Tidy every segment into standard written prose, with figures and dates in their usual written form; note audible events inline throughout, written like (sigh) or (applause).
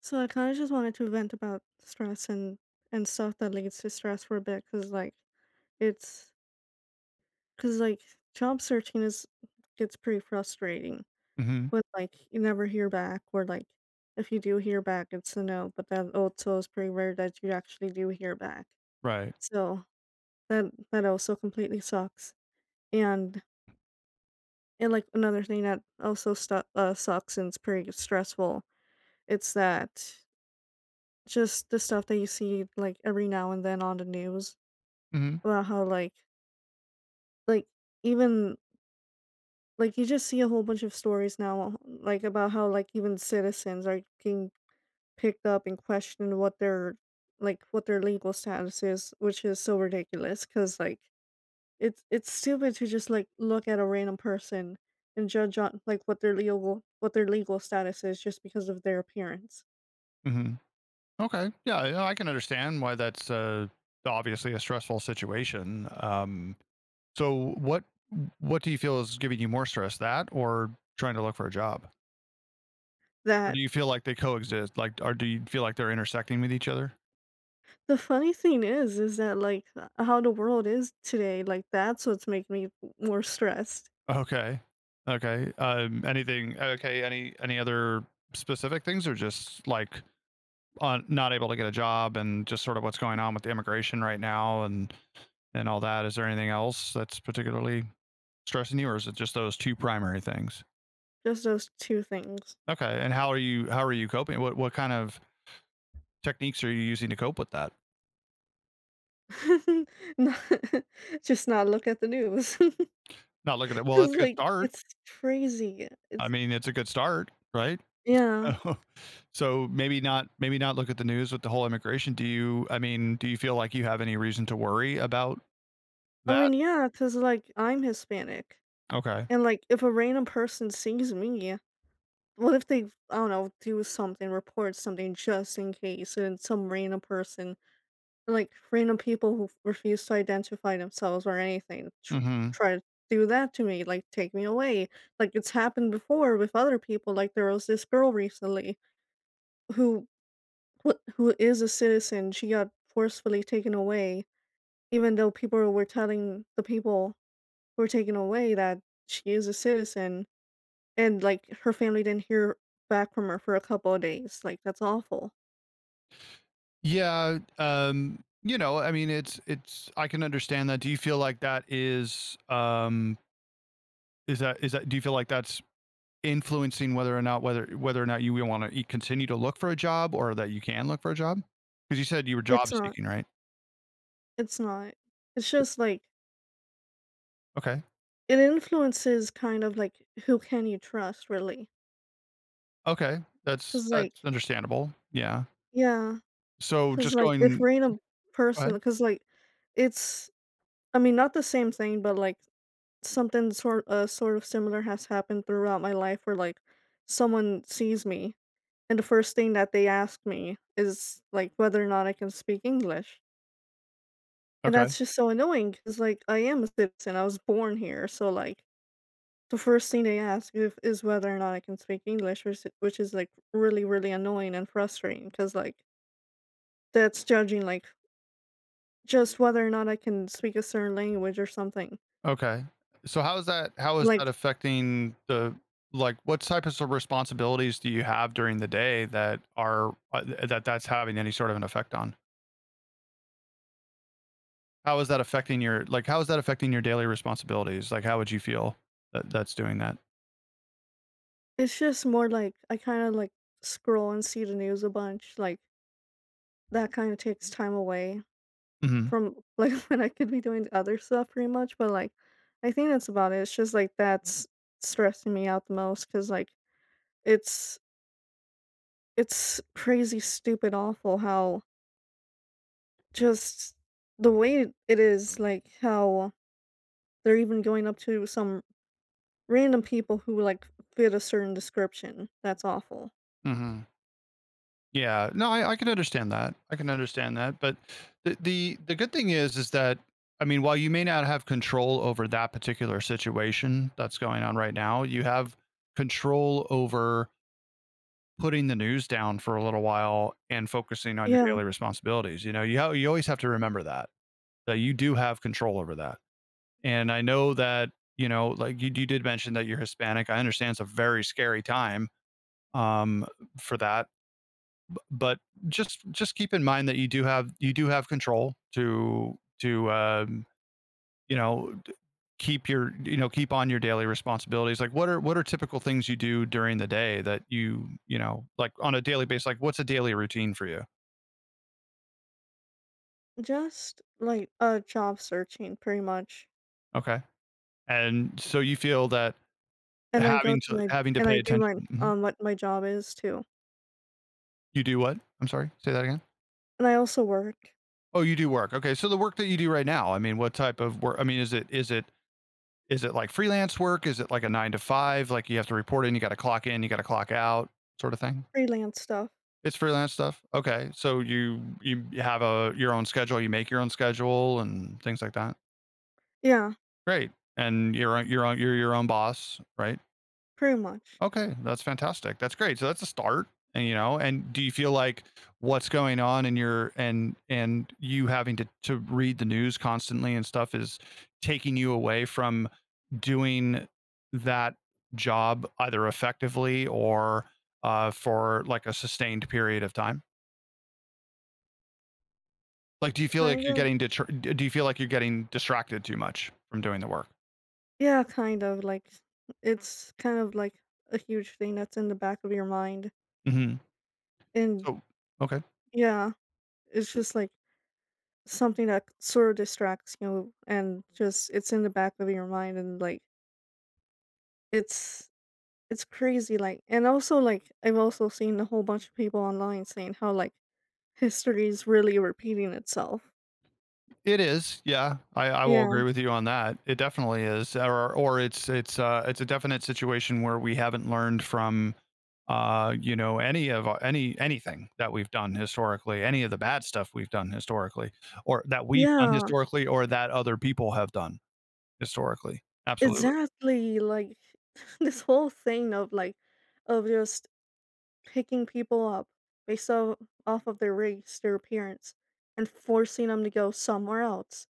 So I kind of just wanted to vent about stress and stuff that leads to stress for a bit, it's cause like job searching is gets pretty frustrating Mhm. when like you never hear back, or like if you do hear back, it's a no, but that also is pretty rare that you actually do hear back. Right. So that that also completely sucks. And and like another thing that also sucks and it's pretty stressful, it's that just the stuff that you see like every now and then on the news Mhm. about how like even like you just see a whole bunch of stories now like about how like even citizens are getting picked up and questioned what their what their legal status is, which is so ridiculous because like it's stupid to just, like, look at a random person and judge on, like, what their legal status is just because of their appearance. Mhm. Okay. Yeah, I can understand why that's, obviously a stressful situation. So what do you feel is giving you more stress, that or trying to look for a job? Or do That you feel like they coexist? Like, or do you feel like they're intersecting with each other? The funny thing is that, like, how the world is today, like, that's what's making me more stressed. Okay. Okay. Anything okay, any other specific things or just, like, on not able to get a job and just sort of what's going on with the immigration right now and all that? Is there anything else that's particularly stressing you, or is it just those two primary things? Just those 2 things. Okay, and how are you coping? What kind of techniques are you using to cope with that? (laughs) Not (laughs) just not look at the news. (laughs) News. Not looking at well, 'Cause, that's a good like, start. it's crazy. I It's mean, it's a good start, right? (laughs) Yeah. So maybe not, maybe not look at the news with the whole immigration. Do you? I mean, do you feel like you have any reason to worry about I that? mean, yeah. Cause like, I'm Hispanic, Okay. and, like, if a random person sees me, what if they, I don't know, do something, report something just in case, and some random person like, random people who refuse to identify themselves or anything tr Hmm. try to do that to me, like, take me away. Like, it's happened before with other people, like, there was this girl recently who who is a citizen, she got forcefully taken away, even though people were telling the people who were taken away that she is a citizen, and like her family didn't hear back from her for a couple of days. Like that's awful. Yeah. You know, I mean, it's, I can understand that. Do you feel like that is is that, do you feel like that's influencing whether or not, whether or not, you want to continue to look for a job, or that you can look for a job? Because you said you were It's job not. seeking, right? It's not. It's just like Okay. it influences kind of like who can you trust really? Okay. That's Because like that's understandable. Yeah. yeah, So because just like if going, random go person, ahead. because like it's I mean not the same thing, but like something sort of similar has happened throughout my life where like someone sees me and the first thing that they ask me is like whether or not I can speak English. And Okay. that's just so annoying because like I am a citizen, I was born here, so like the first thing they ask if, is whether or not I can speak English, which is like really really annoying and frustrating because like that's judging like just whether or not I can speak a certain language or something. Okay. So how is that Like affecting the, like, what types of responsibilities do you have during the day that are, that that's having any sort of an effect on? How is that affecting your like how is that affecting your daily responsibilities? Like, how would you feel that that's doing that? It's just more like I kinda, like, scroll and see the news a bunch, like, that kinda takes time away Mhm. from, like, (laughs) when I could be doing other stuff pretty much, but, like, I think that's about it. It's just, like, that's stressing me out the most because like, it's it's crazy, stupid, awful how just the way it is, like, how they're even going up to some random people who, like, fit a certain description. That's awful. Mhm. Yeah, no, I can understand that. I can understand that. But the good thing is that, I mean, while you may not have control over that particular situation that's going on right now, you have control over putting the news down for a little while and focusing on your Yeah. daily responsibilities. You know, you you always have to remember that that you do have control over that. And I know that, you know, like you did mention that you're Hispanic. I understand it's a very scary time, um, for that, but just keep in mind that you do have control to, you know, keep your, you know, keep on your daily responsibilities. Like, what are typical things you do during the day that you know, like, on a daily basis? Like, what's a daily routine for you? Just, like, job searching pretty much, Okay, and so you feel that and I go having to to my having to and pay I do attention. my Mhm. What my job is too, You do what? I'm sorry, say that again. and I also work Oh, you do work. Okay, so the work that you do right now, I mean, what type of work? I mean, is it, is it like freelance work? Is it like a 9 to 5? Like, you have to report in, you got to clock in, you got to clock out, sort of thing. freelance stuff. It's freelance stuff. Okay, so you have a, your own schedule, you make your own schedule and things like that. Yeah, Great, and you're, you're your own boss, right? pretty much. Okay, that's fantastic. That's great. So that's a start. And, you know, and do you feel like what's going on in your, and you having to read the news constantly and stuff, is taking you away from doing that job either effectively, or for like a sustained period of time? Like, do you feel like Kind you're of getting do you feel like you're getting distracted too much from doing the work? yeah, kind of, like, it's kind of, like, a huge thing that's in the back of your mind, Hmm. and So, okay. yeah, it's just, like, something that sort of distracts you and just it's in the back of your mind and, like, it's it's crazy, like, and also, like, I've also seen a whole bunch of people online saying how, like, history is really repeating itself. It is, yeah. I will Yeah. agree with you on that. It definitely is, or it's, it's a definite situation where we haven't learned from, you know, any of anything that we've done historically, any of the bad stuff we've done historically, or that we've done Yeah, historically, or that other people have done historically. Absolutely, exactly, like, (laughs) this whole thing of, like of just picking people up based o off of their race, their appearance, and forcing them to go somewhere else.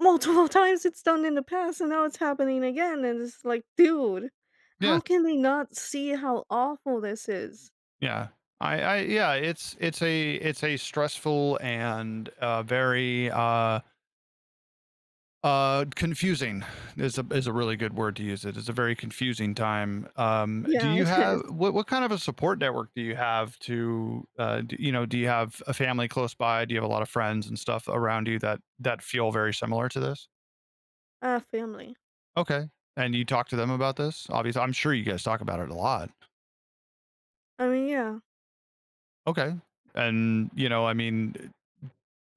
Multiple (laughs) times it's done in the past, and now it's happening again, and it's like, "Dude, yeah, how can they not see how awful this is?" yeah. I, yeah, it's a, it's a stressful and very, confusing is a, is a really good word to use. It is a very confusing time. Do Yeah, (laughs) you it is. have, what kind of a support network do you have to, d you know, do you have a family close by? Do you have a lot of friends and stuff around you that that feel very similar to this? Ah, family. Okay, and you talk to them about this? Obviously, I'm sure you guys talk about it a lot. I mean, yeah. Okay, and, you know, I mean,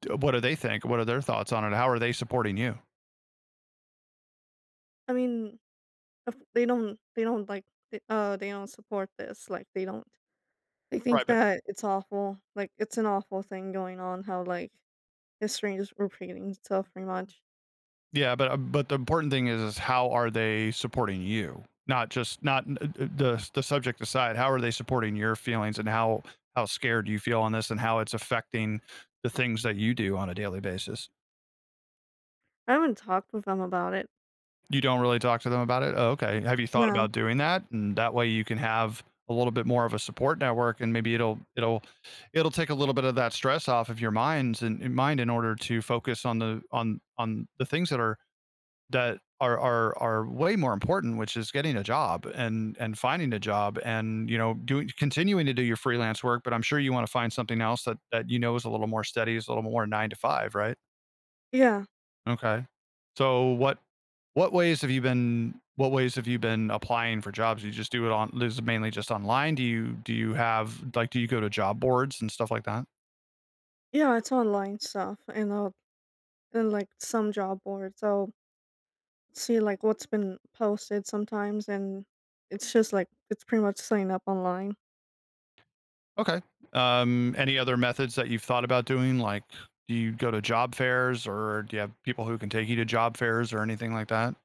what do they think? What are their thoughts on it? How are they supporting you? I mean Of they don't like th they don't support this, like, they don't they Right, think (laughs) but, that it's awful, like, it's an awful thing going on how, like, history is repeating itself pretty much. yeah, but the important thing is how are they supporting you? Not just not, the subject aside. How are they supporting your feelings, and how scared you feel on this, and how it's affecting the things that you do on a daily basis? I haven't talked with them about it. You don't really talk to them about it. Oh, okay, have you thought No. about doing that? And that way, you can have a little bit more of a support network, and maybe it'll take a little bit of that stress off of your minds and mind in order to focus on the, on the things that are, that are, are way more important, which is getting a job, and finding a job, and, you know, doing, continuing to do your freelance work. But I'm sure you want to find something else that that, you know, is a little more steady, is a little more 9 to 5, right? Yeah. Okay. So what ways have you been what ways have you been applying for jobs? You just do it on, this is mainly just online? Do you, do you have, like, do you go to job boards and stuff like that? Yeah, it's online stuff and I'll like, some job boards, I'll see, like, what's been posted sometimes, and it's just, like, it's pretty much signed up online. Okay. Um, any other methods that you've thought about doing, like, do you go to job fairs, or do you have people who can take you to job fairs or anything like that?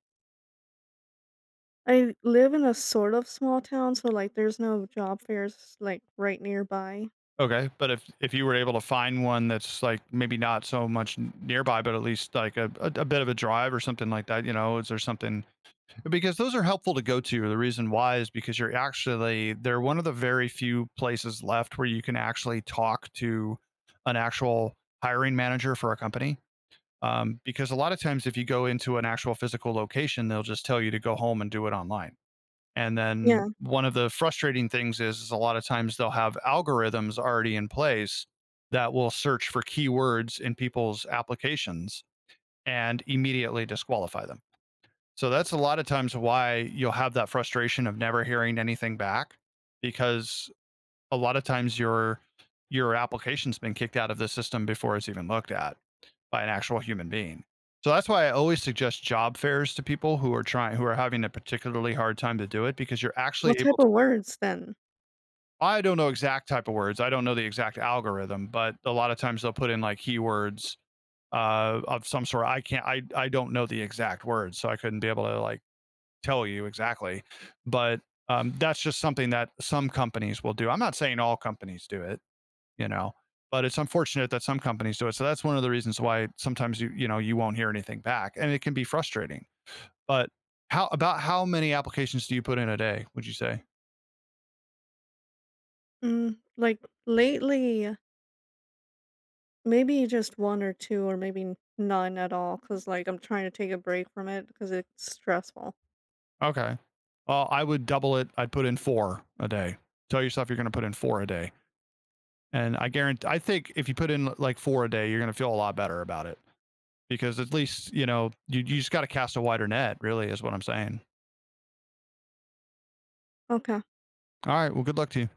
I live in a sort of small town, so, like, there's no job fairs, like, right nearby. Okay, but if you were able to find one that's like maybe not so much nearby, but at least like a bit of a drive or something like that, you know, is there something, because those are helpful to go to. The reason why is because you're actually, they're one of the very few places left where you can actually talk to an actual hiring manager for a company. Because a lot of times, if you go into an actual physical location, they'll just tell you to go home and do it online. And Yeah. then one of the frustrating things is a lot of times they'll have algorithms already in place that will search for keywords in people's applications and immediately disqualify them. So that's a lot of times why you'll have that frustration of never hearing anything back, because a lot of times your application's been kicked out of the system before it's even looked at by an actual human being. So that's why I always suggest job fairs to people who are trying, who are having a particularly hard time to do it, because you're actually What able. type of words then? I don't know exact type of words. I don't know the exact algorithm, but a lot of times they'll put in, like, keywords, of some sort. I can't. I don't know the exact words, so I couldn't be able to, like, tell you exactly. But, that's just something that some companies will do. I'm not saying all companies do it, you know, but it's unfortunate that some companies do it. So that's one of the reasons why sometimes you, you know, you won't hear anything back, and it can be frustrating. But how about how many applications do you put in a day? Would you say? Mm, like lately, maybe just 1 or 2 or maybe none at all. Cause like, I'm trying to take a break from it because it's stressful. Okay. Well, I would double it. I'd put in 4 a day. Tell yourself you're going to put in 4 a day. And I guarantee, I think if you put in like 4 a day, you're going to feel a lot better about it, because at least, you know, you just got to cast a wider net, really, is what I'm saying. Okay. All right. Well, good luck to you.